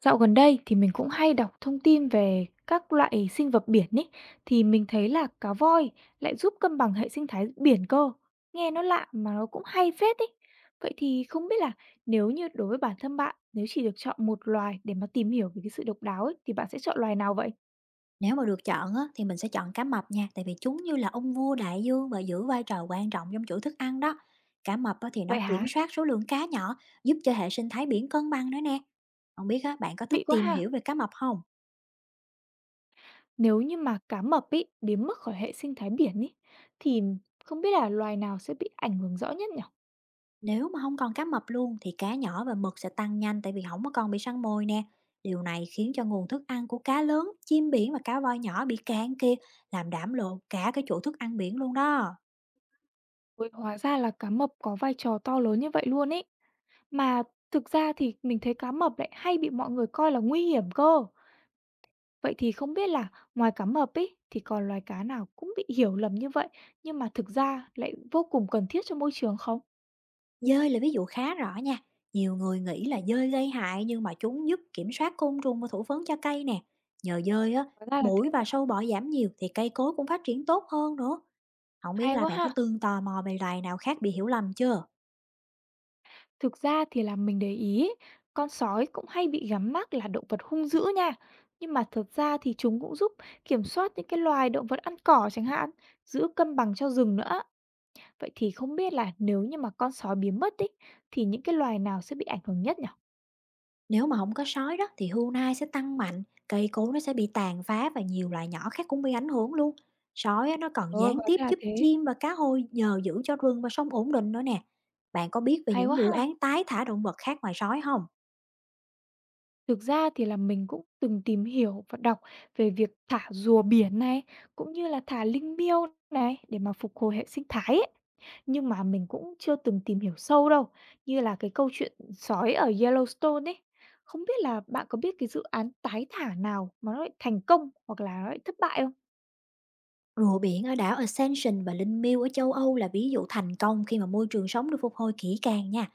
Dạo gần đây thì mình cũng hay đọc thông tin về các loại sinh vật biển ấy, thì mình thấy là cá voi lại giúp cân bằng hệ sinh thái biển cơ. Nghe nó lạ mà nó cũng hay phết ấy. Vậy thì không biết là nếu như đối với bản thân bạn, nếu chỉ được chọn một loài để mà tìm hiểu về cái sự độc đáo ấy, thì bạn sẽ chọn loài nào vậy? Nếu mà được chọn á, thì mình sẽ chọn cá mập nha, tại vì chúng như là ông vua đại dương và giữ vai trò quan trọng trong chuỗi thức ăn đó. Cá mập á, thì Vậy nó kiểm hả? soát số lượng cá nhỏ, giúp cho hệ sinh thái biển cân bằng nữa nè. Không biết á, bạn có thích Vị quá tìm ha. hiểu về cá mập không? Nếu như mà cá mập ấy biến mất khỏi hệ sinh thái biển ấy, thì không biết là loài nào sẽ bị ảnh hưởng rõ nhất nhỉ? Nếu mà không còn cá mập luôn thì cá nhỏ và mực sẽ tăng nhanh tại vì không có còn bị săn mồi nè. Điều này khiến cho nguồn thức ăn của cá lớn, chim biển và cá voi nhỏ bị cạn kiệt, làm đảm lộ cả cái chuỗi thức ăn biển luôn đó. Ôi, hóa ra là cá mập có vai trò to lớn như vậy luôn ấy. Mà thực ra thì mình thấy cá mập lại hay bị mọi người coi là nguy hiểm cơ. Vậy thì không biết là ngoài cá mập ấy thì còn loài cá nào cũng bị hiểu lầm như vậy nhưng mà thực ra lại vô cùng cần thiết cho môi trường không? Dơi là ví dụ khá rõ nha. Nhiều người nghĩ là dơi gây hại nhưng mà chúng giúp kiểm soát côn trùng và thụ phấn cho cây nè. Nhờ dơi á, Hóa ra là muỗi thế. và sâu bọ giảm nhiều thì cây cối cũng phát triển tốt hơn nữa. Không biết Hay là quá bạn ha. có từng tò mò về loài nào khác bị hiểu lầm chưa? Thực ra thì là mình để ý ấy, con sói cũng hay bị gắn mác là động vật hung dữ nha. Nhưng mà thực ra thì chúng cũng giúp kiểm soát những cái loài động vật ăn cỏ chẳng hạn, giữ cân bằng cho rừng nữa. Vậy thì không biết là nếu như mà con sói biến mất ấy, thì những cái loài nào sẽ bị ảnh hưởng nhất nhỉ? Nếu mà không có sói đó thì hươu nai sẽ tăng mạnh, cây cối nó sẽ bị tàn phá và nhiều loài nhỏ khác cũng bị ảnh hưởng luôn. Sói á, nó Trời còn ơi, gián hóa tiếp ra là giúp thế. chim và cá hôi nhờ giữ cho rừng và sông ổn định nữa nè. Bạn có biết về Hay quá những dự ha! án tái thả động vật khác ngoài sói không? Thực ra thì là mình cũng từng tìm hiểu và đọc về việc thả rùa biển này, cũng như là thả linh miêu này để mà phục hồi hệ sinh thái ấy. Nhưng mà mình cũng chưa từng tìm hiểu sâu đâu, như là cái câu chuyện sói ở Yellowstone ấy. Không biết là bạn có biết cái dự án tái thả nào mà nó lại thành công hoặc là nó lại thất bại không? Rùa biển ở đảo Ascension và linh miêu ở châu Âu là ví dụ thành công khi mà môi trường sống được phục hồi kỹ càng nha.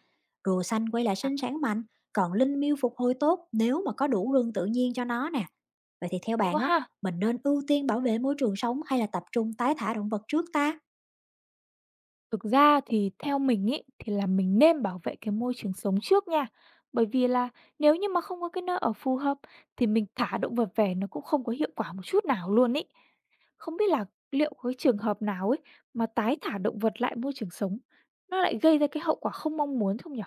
Rùa xanh quay lại À, sinh sản mạnh, còn linh miêu phục hồi tốt nếu mà có đủ rừng tự nhiên cho nó nè. Vậy thì theo hay bạn quá á, ha! mình nên ưu tiên bảo vệ môi trường sống hay là tập trung tái thả động vật trước ta? Thực ra thì theo mình ý thì là mình nên bảo vệ cái môi trường sống trước nha. Bởi vì là nếu như mà không có cái nơi ở phù hợp thì mình thả động vật về nó cũng không có hiệu quả một chút nào luôn ý. Không biết là liệu có cái trường hợp nào ấy mà tái thả động vật lại môi trường sống nó lại gây ra cái hậu quả không mong muốn không nhỉ?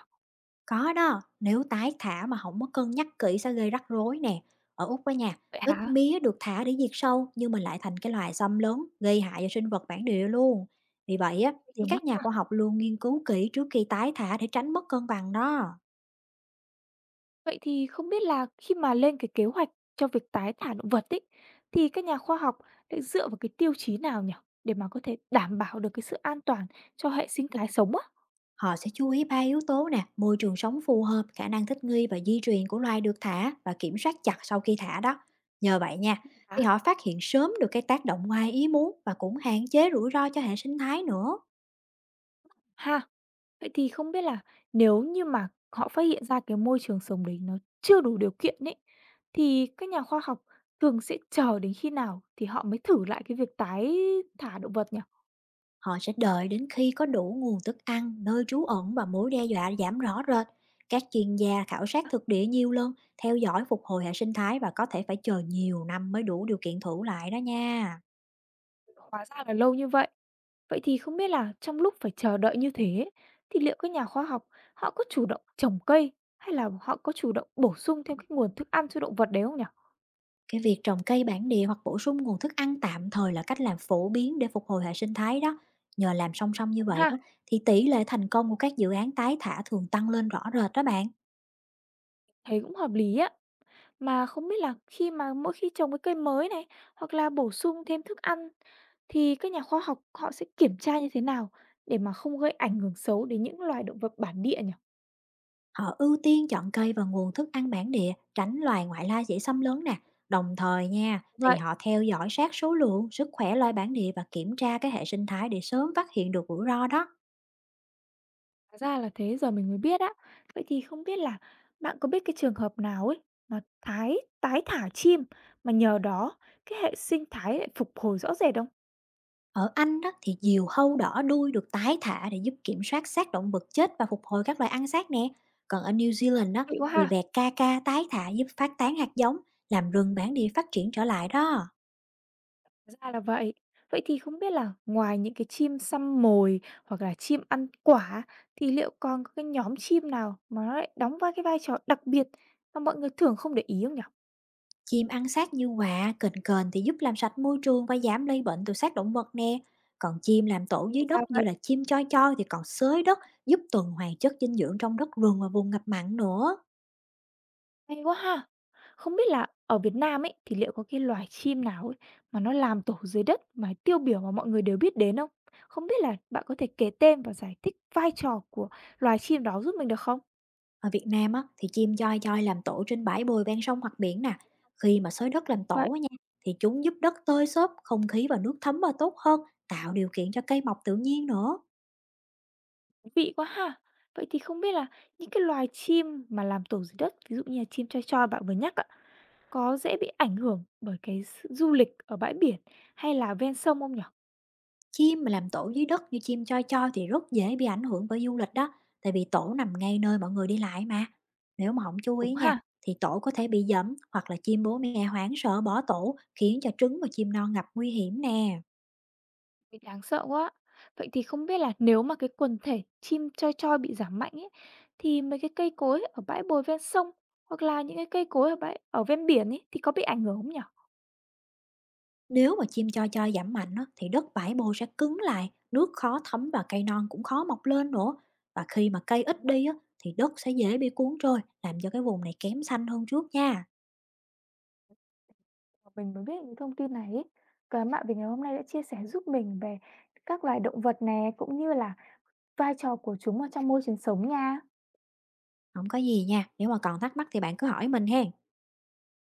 Có đó, nếu tái thả mà không có cân nhắc kỹ sẽ gây rắc rối nè. Ở Úc á nha, Vậy ít hả? mía được thả để diệt sâu nhưng mà lại thành cái loài xâm lớn, gây hại cho sinh vật bản địa luôn. Vì vậy á, Hiểu. thì các nhà khoa học luôn nghiên cứu kỹ trước khi tái thả để tránh mất cân bằng đó. Vậy thì không biết là khi mà lên cái kế hoạch cho việc tái thả động vật ấy, thì các nhà khoa học lại dựa vào cái tiêu chí nào nhỉ? Để mà có thể đảm bảo được cái sự an toàn cho hệ sinh thái sống á? Họ sẽ chú ý ba yếu tố nè: môi trường sống phù hợp, khả năng thích nghi và di truyền của loài được thả và kiểm soát chặt sau khi thả đó. Nhờ vậy nha, thì Hả? họ phát hiện sớm được cái tác động ngoài ý muốn và cũng hạn chế rủi ro cho hệ sinh thái nữa. Ha. Vậy thì không biết là nếu như mà họ phát hiện ra cái môi trường sống đấy nó chưa đủ điều kiện ấy, thì các nhà khoa học thường sẽ chờ đến khi nào thì họ mới thử lại cái việc tái thả động vật nhỉ? Họ sẽ đợi đến khi có đủ nguồn thức ăn, nơi trú ẩn và mối đe dọa giảm rõ rệt. Các chuyên gia khảo sát Á, thực địa nhiều lần, theo dõi phục hồi hệ sinh thái và có thể phải chờ nhiều năm mới đủ điều kiện thử lại đó nha. hóa ra là lâu như vậy. Vậy thì không biết là trong lúc phải chờ đợi như thế ấy, thì liệu các nhà khoa học họ có chủ động trồng cây hay là họ có chủ động bổ sung thêm cái nguồn thức ăn cho động vật đấy không nhỉ? Cái việc trồng cây bản địa hoặc bổ sung nguồn thức ăn tạm thời là cách làm phổ biến để phục hồi hệ sinh thái đó. Nhờ làm song song như Đúng vậy ha, đó, thì tỷ lệ thành công của các dự án tái thả thường tăng lên rõ rệt đó bạn. thấy cũng hợp lý á. Mà không biết là khi mà mỗi khi trồng cái cây mới này hoặc là bổ sung thêm thức ăn thì các nhà khoa học họ sẽ kiểm tra như thế nào để mà không gây ảnh hưởng xấu đến những loài động vật bản địa nhỉ? Họ ưu tiên chọn cây và nguồn thức ăn bản địa, tránh loài ngoại lai dễ xâm lấn nè. Đồng thời nha, thì Vậy, họ theo dõi sát số lượng, sức khỏe loài bản địa và kiểm tra cái hệ sinh thái để sớm phát hiện được rủi ro đó. hóa ra là thế, giờ mình mới biết á. Vậy thì không biết là bạn có biết cái trường hợp nào ấy mà thái tái thả chim mà nhờ đó cái hệ sinh thái lại phục hồi rõ rệt không? Ở Anh đó thì diều hâu đỏ đuôi được tái thả để giúp kiểm soát xác động vật chết và phục hồi các loài ăn xác nè. Còn ở New Zealand đó Vậy quá thì ha. vẹt ca ca tái thả giúp phát tán hạt giống, làm rừng bản địa phát triển trở lại đó. Hóa ra là vậy. Vậy thì không biết là ngoài những cái chim săn mồi hoặc là chim ăn quả thì liệu còn có cái nhóm chim nào mà nó lại đóng vai cái vai trò đặc biệt mà mọi người thường không để ý không nhỉ? Chim ăn xác như quạ, kền kền thì giúp làm sạch môi trường và giảm lây bệnh từ xác động vật nè. Còn chim làm tổ Ủa dưới sao đất như vậy? là chim choi choi thì còn xới đất, giúp tuần hoàn chất dinh dưỡng trong đất rừng và vùng ngập mặn nữa. Hay quá ha! Không biết là ở Việt Nam ấy, thì liệu có cái loài chim nào ấy mà nó làm tổ dưới đất mà tiêu biểu mà mọi người đều biết đến không? Không biết là bạn có thể kể tên và giải thích vai trò của loài chim đó giúp mình được không? Ở Việt Nam á, thì chim choi choi làm tổ trên bãi bồi ven sông hoặc biển nè. Khi mà xới đất làm Vậy, tổ á nha, thì chúng giúp đất tơi xốp, không khí và nước thấm và tốt hơn, tạo điều kiện cho cây mọc tự nhiên nữa. thú vị quá ha! Vậy thì không biết là những cái loài chim mà làm tổ dưới đất, ví dụ như là chim choi choi bạn vừa nhắc á, có dễ bị ảnh hưởng bởi cái s du lịch ở bãi biển hay là ven sông không nhỉ? Chim mà làm tổ dưới đất như chim choi choi thì rất dễ bị ảnh hưởng bởi du lịch đó, tại vì tổ nằm ngay nơi mọi người đi lại mà. Nếu mà không chú Đúng ý nha, ha? thì tổ có thể bị dẫm hoặc là chim bố mẹ hoảng sợ bỏ tổ, khiến cho trứng và chim non gặp nguy hiểm nè. Ôi, đáng sợ quá! Vậy thì không biết là nếu mà cái quần thể chim choi choi bị giảm mạnh ấy, thì mấy cái cây cối ở bãi bồi ven sông, hoặc là những cái cây cối ở bãi ở ven biển ấy, thì có bị ảnh hưởng không nhỉ? Nếu mà chim choi choi giảm mạnh á, thì đất bãi bồi sẽ cứng lại, nước khó thấm và cây non cũng khó mọc lên nữa. Và khi mà cây Ra ít vậy. đi á, thì đất sẽ dễ bị cuốn trôi, làm cho cái vùng này kém xanh hơn trước nha. Mà mình mới biết những thông tin này ấy. Và bạn vì ngày hôm nay đã chia sẻ giúp mình về các loài động vật này cũng như là vai trò của chúng ở trong môi trường sống nha. Không có gì nha, nếu mà còn thắc mắc thì bạn cứ hỏi mình hen.